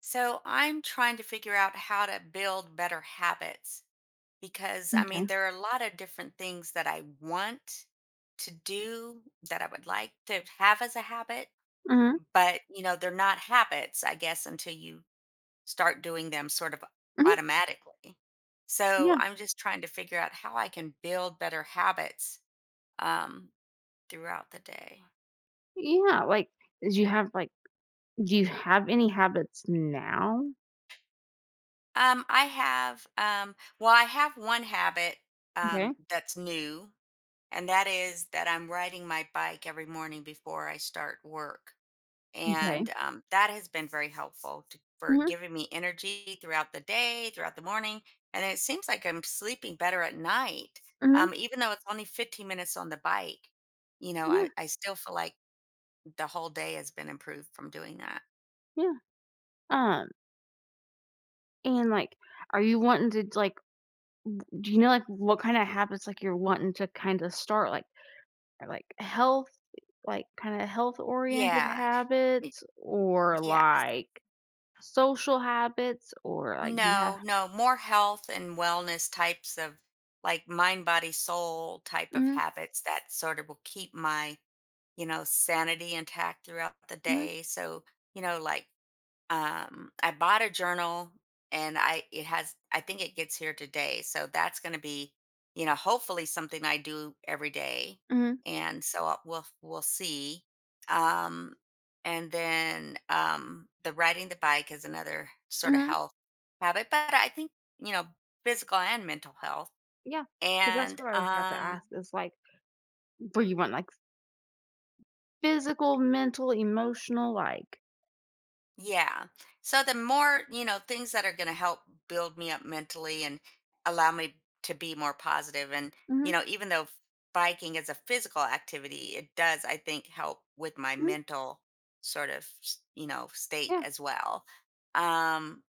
So I'm trying to figure out how to build better habits because Okay. There are a lot of different things that I want to do that I would like to have as a habit, Mhm, but you know, they're not habits, I guess, until you start doing them sort of mhm, automatically. So yeah, I'm just trying to figure out how I can build better habits um, throughout the day. yeah, like, do you have, like do you have any habits now? I have, well, I have one habit Okay, that's new and that is that I'm riding my bike every morning before I start work. okay. And that has been very helpful for Mhm, giving me energy throughout the day, throughout the morning. And it seems like I'm sleeping better at night, mhm, even though it's only 15 minutes on the bike. You know, yeah, I still feel like the whole day has been improved from doing that. yeah, um, and, like, are you wanting to, like do you know, like, what kinda habits, like, you're wanting to kinda start, like are, like, health like, kinda health-oriented Yeah. y- habits or, Yeah. like, social habits or, like, do you have No, no, more health and wellness types of like mind, body, soul type of Mhm, habits that sort of will keep my you know, sanity intact throughout the mhm, day. So, you know, like I bought a journal and I it has I think it gets here today. So that's going to be, you know, hopefully something I do every day. mhm, And so we'll see. Um and then the riding the bike is another sort of mhm, health habit, but I think, you know, physical and mental health. Because that's And what I was about to ask is, like, were you want like Physical, mental, emotional, like Yeah. So the more, you know, things that are going to help build me up mentally and allow me to be more positive and, mhm, you know, even though biking is a physical activity, it does I think help with my mhm, mental sort of, you know, state yeah. as well. Um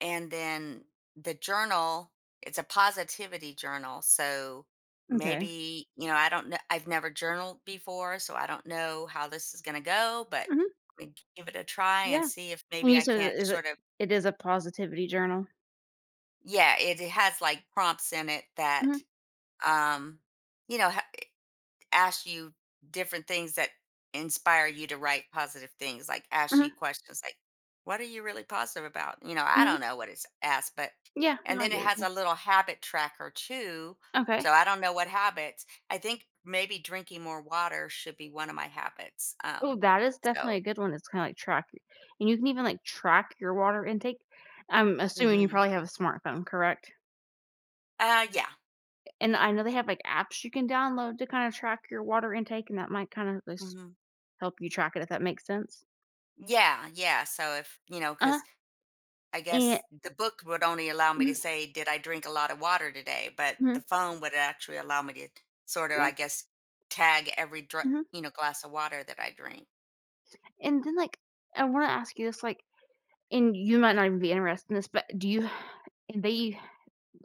and then the journal, it's a positivity journal. So Okay, maybe you know, I don't know, I've never journaled before, so I don't know how this is going to go, but Mhm, I give it a try and yeah. see if And maybe you I said can't it is it sort of. it is a positivity journal? Yeah, it has like prompts in it Mhm, that um you know ask you different things that inspire you to write positive things, like ask you mhm, questions like, what are you really positive about? You know, I mhm. don't know what it's asked, but, Yeah, no, and I then get it what you're has saying. a little habit tracker too. So Okay. I don't know what habits. I think maybe drinking more water should be one of my habits. Oh, that is definitely a So, good one, it's kinda like and you can even, like, track your water intake. I'm assuming you hmm probably have a smartphone, correct? Yeah. And I know they have, like, apps you can download to kinda track your water intake, and that might kinda just hmm help you track it, if that makes sense. yeah, yeah. So if, you know, Uh-huh. because I And guess the book would only allow me to mhm, say, did I drink a lot of water today? But mhm, the phone would actually allow me to sort of, yeah, I guess, tag every mhm. you know, glass of water that I drink. And then, like, I wanna ask you this, like and you might not even be interested in this, but do you and they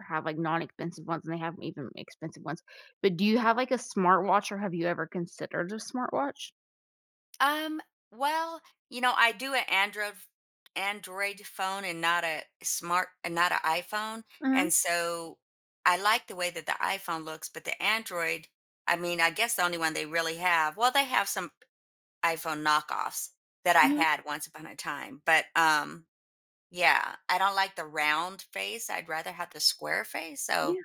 have, like, non-expensive ones, and they have even expensive ones, but do you have, like, a smartwatch, or have you ever considered a smartwatch? Um, well, you know, I do an Android phone and not a smart and not an iPhone, Mhm, and so I like the way that the iPhone looks, but the Android, I mean, I guess the only one they really have. Well, they have some iPhone knockoffs that I mhm. had once upon a time, but yeah, I don't like the round face, I'd rather have the square face, Yeah, so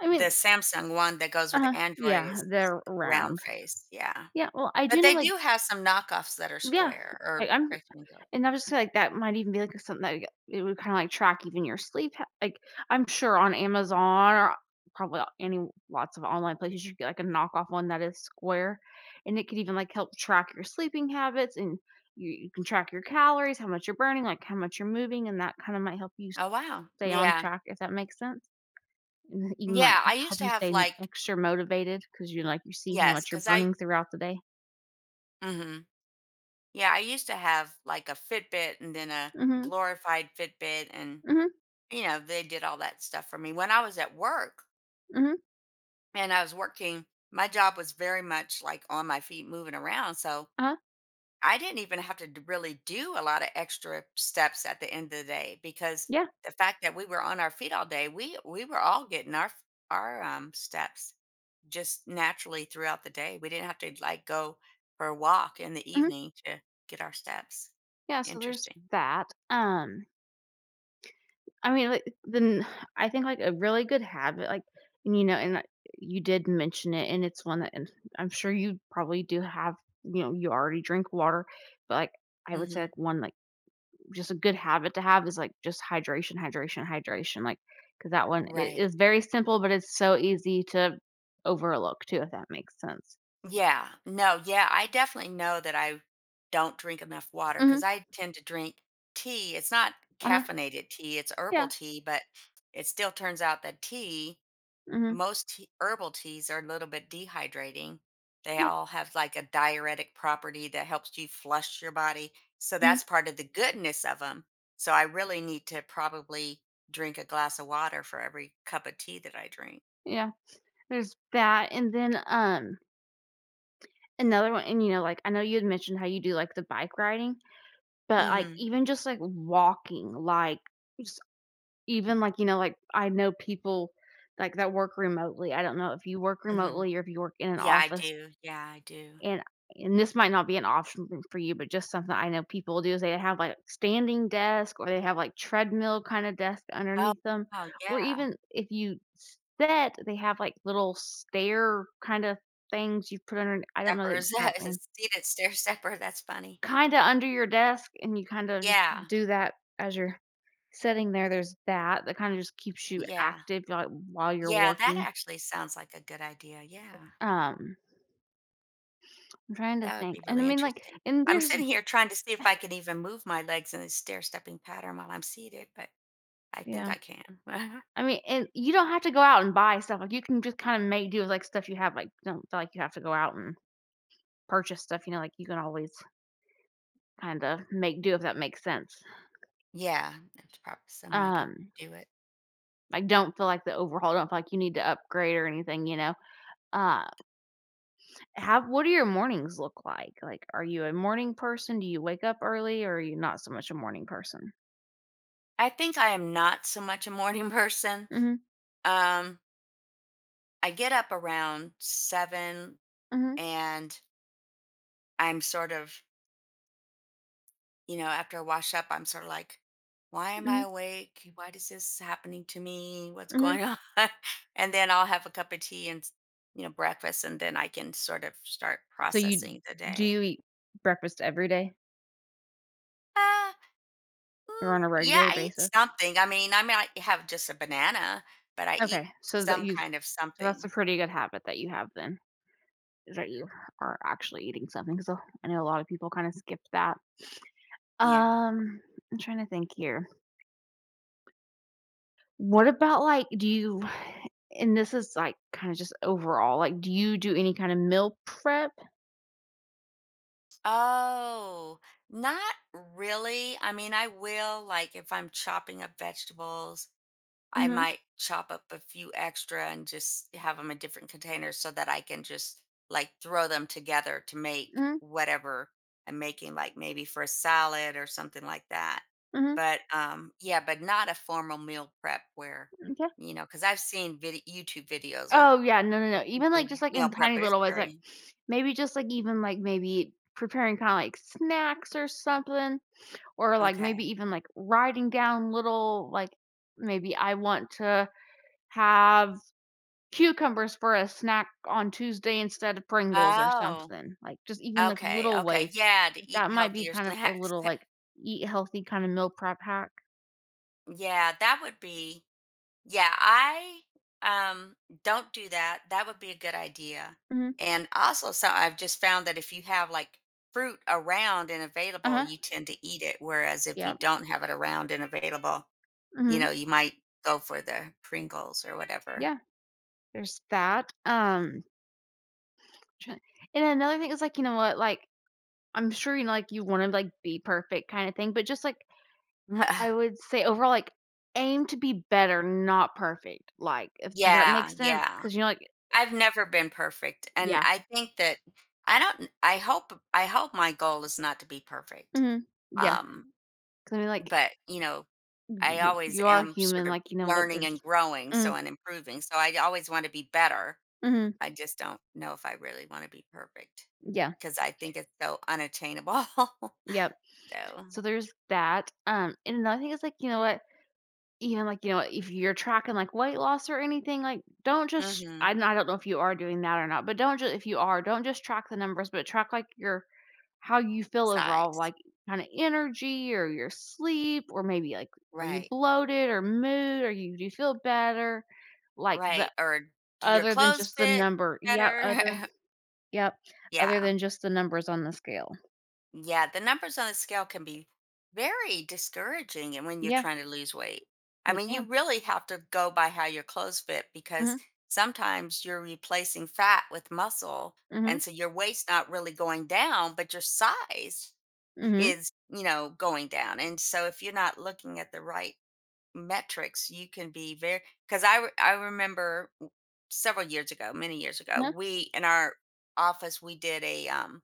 I the mean Samsung one that goes with uh-huh, Android yeah, is they're round. round face, yeah. Yeah, well, I do But know, they like do have some knockoffs that are yeah, square I or I'm rectangular. And I'm just like, that might even be like something that like, it would kinda like track even your sleep ha like, I'm sure on Amazon or probably any lots of online places you could get like a knockoff one that is square, and it could even like help track your sleeping habits and you can track your calories, how much you're burning, like how much you're moving, and that kinda might help you Oh, wow. stay on Yeah. track, if that makes sense. And it even might Yeah, I used help to you have, stay like, extra motivated because 'cause like, you see how yes, much you're because I burning throughout the day. mhm. Yeah, I used to have, like, a Fitbit and then a Mhm, glorified Fitbit and, mhm, you know, they did all that stuff for me. When I was at work mhm, and I was working, my job was very much, like, on my feet moving around, so uh-huh, I didn't even have to d really do a lot of extra steps at the end of the day because yeah, the fact that we were on our feet all day, we were all getting our f our, steps just naturally throughout the day. We didn't have to, like, go for a walk in the mhm. evening to get our steps. Yeah, so there's Interesting. that. I mean, like, then I think, like, a really good habit, like, and, you know, and, like, you did mention it, and it's one that and I'm sure you probably do have you know, you already drink water, but, like, I would say, Mhm. like, one, like, just a good habit to have is, like, just hydration, hydration, hydration, Like because that one it Right. is very simple, but it's so easy to overlook too, if that makes sense. Yeah. No, yeah, I definitely know that I don't drink enough water Mhm. because I tend to drink tea. It's not Uh-huh. caffeinated tea, it's herbal Yeah. tea, but it still turns out that tea Mhm. most tea, herbal teas are a little bit dehydrating. They Yeah. all have like a diuretic property that helps you flush your body. So Mhm. that's part of the goodness of them. So I really need to probably drink a glass of water for every cup of tea that I drink. Yeah. There's that, and then, Another one and, you know, like, I know you had mentioned how you do, like, the bike riding, but, like, hmm even just, like, walking, like, just even, like, you know, like, I know people, like, that work remotely. I don't know if you work hmm remotely or if you work in an Yeah, I office, do. Yeah, I do. and and this might not be an option f for you, but just something I know people do is they have, like, standing desk or they have, like, treadmill kinda desk Oh, underneath them, oh or yeah. even if you sit, they have, like, little stair kinda things you put under I don't know the Peppers. exact name. Seated stair stepper. That's funny. Kinda under your desk, and you kinda just Yeah. do that as you're sitting there, there's that, that kinda just keeps you Yeah. active, like, while you're Yeah. That working. actually sounds like a good idea. Yeah. Um, I'm trying to That would think, be and I really mean, like interesting. and I'm there's sitting here trying to see if I can even move my legs in a stair stepping pattern while I'm seated, but I think yeah. I can. I mean, and you don't have to go out and buy stuff, like, you can just kinda make do with, like, stuff you have, like, don't feel like you have to go out and purchase stuff, you know, like, you can always kinda make do, if that makes sense. Yeah, that's probably some way to Um, do it. like, don't feel like the overhaul, don't feel like you need to upgrade or anything, you know? Um How what do your mornings look like? Like, are you a morning person? Do you wake up early, or are you not so much a morning person? I think I am not so much a morning person. Mhm, Um, I get up around seven mhm, and I'm sort of, you know, after I wash up, I'm sort of like, why am I mhm, awake? Why is this happening to me? What's mhm. going on? And then I'll have a cup of tea and, you know, breakfast, and then I can sort of start So you processing the Do day. you eat breakfast every day Uh, or mm, on a yeah, regular I eat basis? something. I mean, I might have just a banana, but I Okay, eat some kind of so that's a something. pretty good habit that you have then, is that you are actually eating something? So I know a lot of people kinda skip that. Yeah. Um, I'm trying to think here. What about, like, do you and this is, like, kinda just overall, like, do you do any kind of meal prep? Oh, not really. I mean, I will, like, if I'm chopping up vegetables, I Mhm, might chop up a few extra and just have them in different containers so that I can just like throw them together to make mhm. whatever I'm making, like maybe for a salad or something like that. Mhm, But yeah, but not a formal meal prep where, m'kay. you know, because I've seen video YouTube videos on Oh, yeah, no, no, no, where even, people like, who just, like, meal in prep, tiny but it's little ways, like, very maybe just, like, even, like, maybe preparing kinda, like, snacks or something, or, like, maybe okay. even, like, writing down little, like, maybe I want to have cucumbers for a snack on Tuesday instead of Pringles or Oh, something, like, just even, like, okay, little okay, ways. yeah, to Like, eat that might be healthier kind of a snacks. little, like, eat healthy kinda meal prep hack. Yeah, that would be, yeah, I um don't do that. That would be a good idea. Mhm. And also, so I've just found that if you have like fruit around and available, Uh-huh. you tend to eat it. Whereas if you Yeah. don't have it around and available, you Mhm. know, you might go for the Pringles or whatever. Yeah, there's that, Try and another thing is, like, you know what, like, I'm sure, you know, like, you wanna, like, be perfect kinda thing, but just, like, I would say overall, like, aim to be better, not perfect, like, if does that make Yeah, sense? yeah. Because you know, like I've never been perfect. And yeah. I think that I don't, I hope my goal is not to be perfect. Mhm. Because Um, I mean, like, but you know, y I y always you are am sort human, of like, you know what, learning there's and growing, mm, so and improving, so I always wanna be better. mhm, I just don't know if I really wanna be perfect yeah, because I think it's so unattainable. yep. So So there's that, and another thing is, like, you know what, Even, like, you know, if you're tracking, like, weight loss or anything, like, don't just mhm, I don't know if you are doing that or not, but don't just. If you are, don't just track the numbers, but track, like, your how you feel overall, size. like, kinda energy or your sleep or maybe, like, are you Right, bloated or mood or you do you feel better? Like, the right, or do your other than clothes just the fit number yeah, better? other yep, other Yeah. than just the numbers on the scale. Yeah, the numbers on the scale can be very discouraging and when you're Yeah, trying to lose weight. I they mean, you can. really have to go by how your clothes fit because Mhm, sometimes you're replacing fat with muscle. mhm, And so your weight's not really going down, but your size mhm, is, you know, going down. And so if you're not looking at the right metrics, you can be very, because I remember several years ago, many years ago, uh-huh, we in our office, we did a,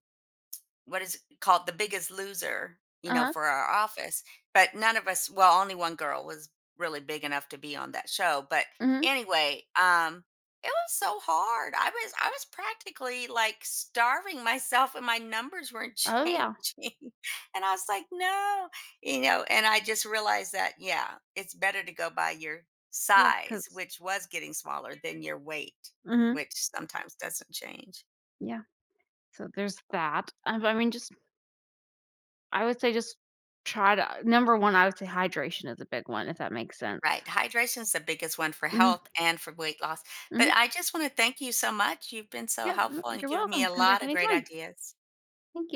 what is called The Biggest Loser, you know, uh-huh, for our office, but none of us well, only one girl was really big enough to be on that show, but mhm. anyway, it was so hard. I was practically, like, starving myself and my numbers weren't Oh, yeah, changing, and I was like, "No," you know, and I just realized that, yeah, it's better to go by your Yeah, yeah, size, 'cause which was getting smaller, than your weight, mhm, which sometimes doesn't change. yeah. So there's that. I mean, just I would say just try to number 1, I would say hydration is a big one, if that makes sense. Right. Hydration is the biggest one for Mhm, health and for weight loss. But mhm. I just want to thank you so much. You've been so Yep, no, helpful and you've you're given me welcome. a Come back lot of great anytime. ideas. Thank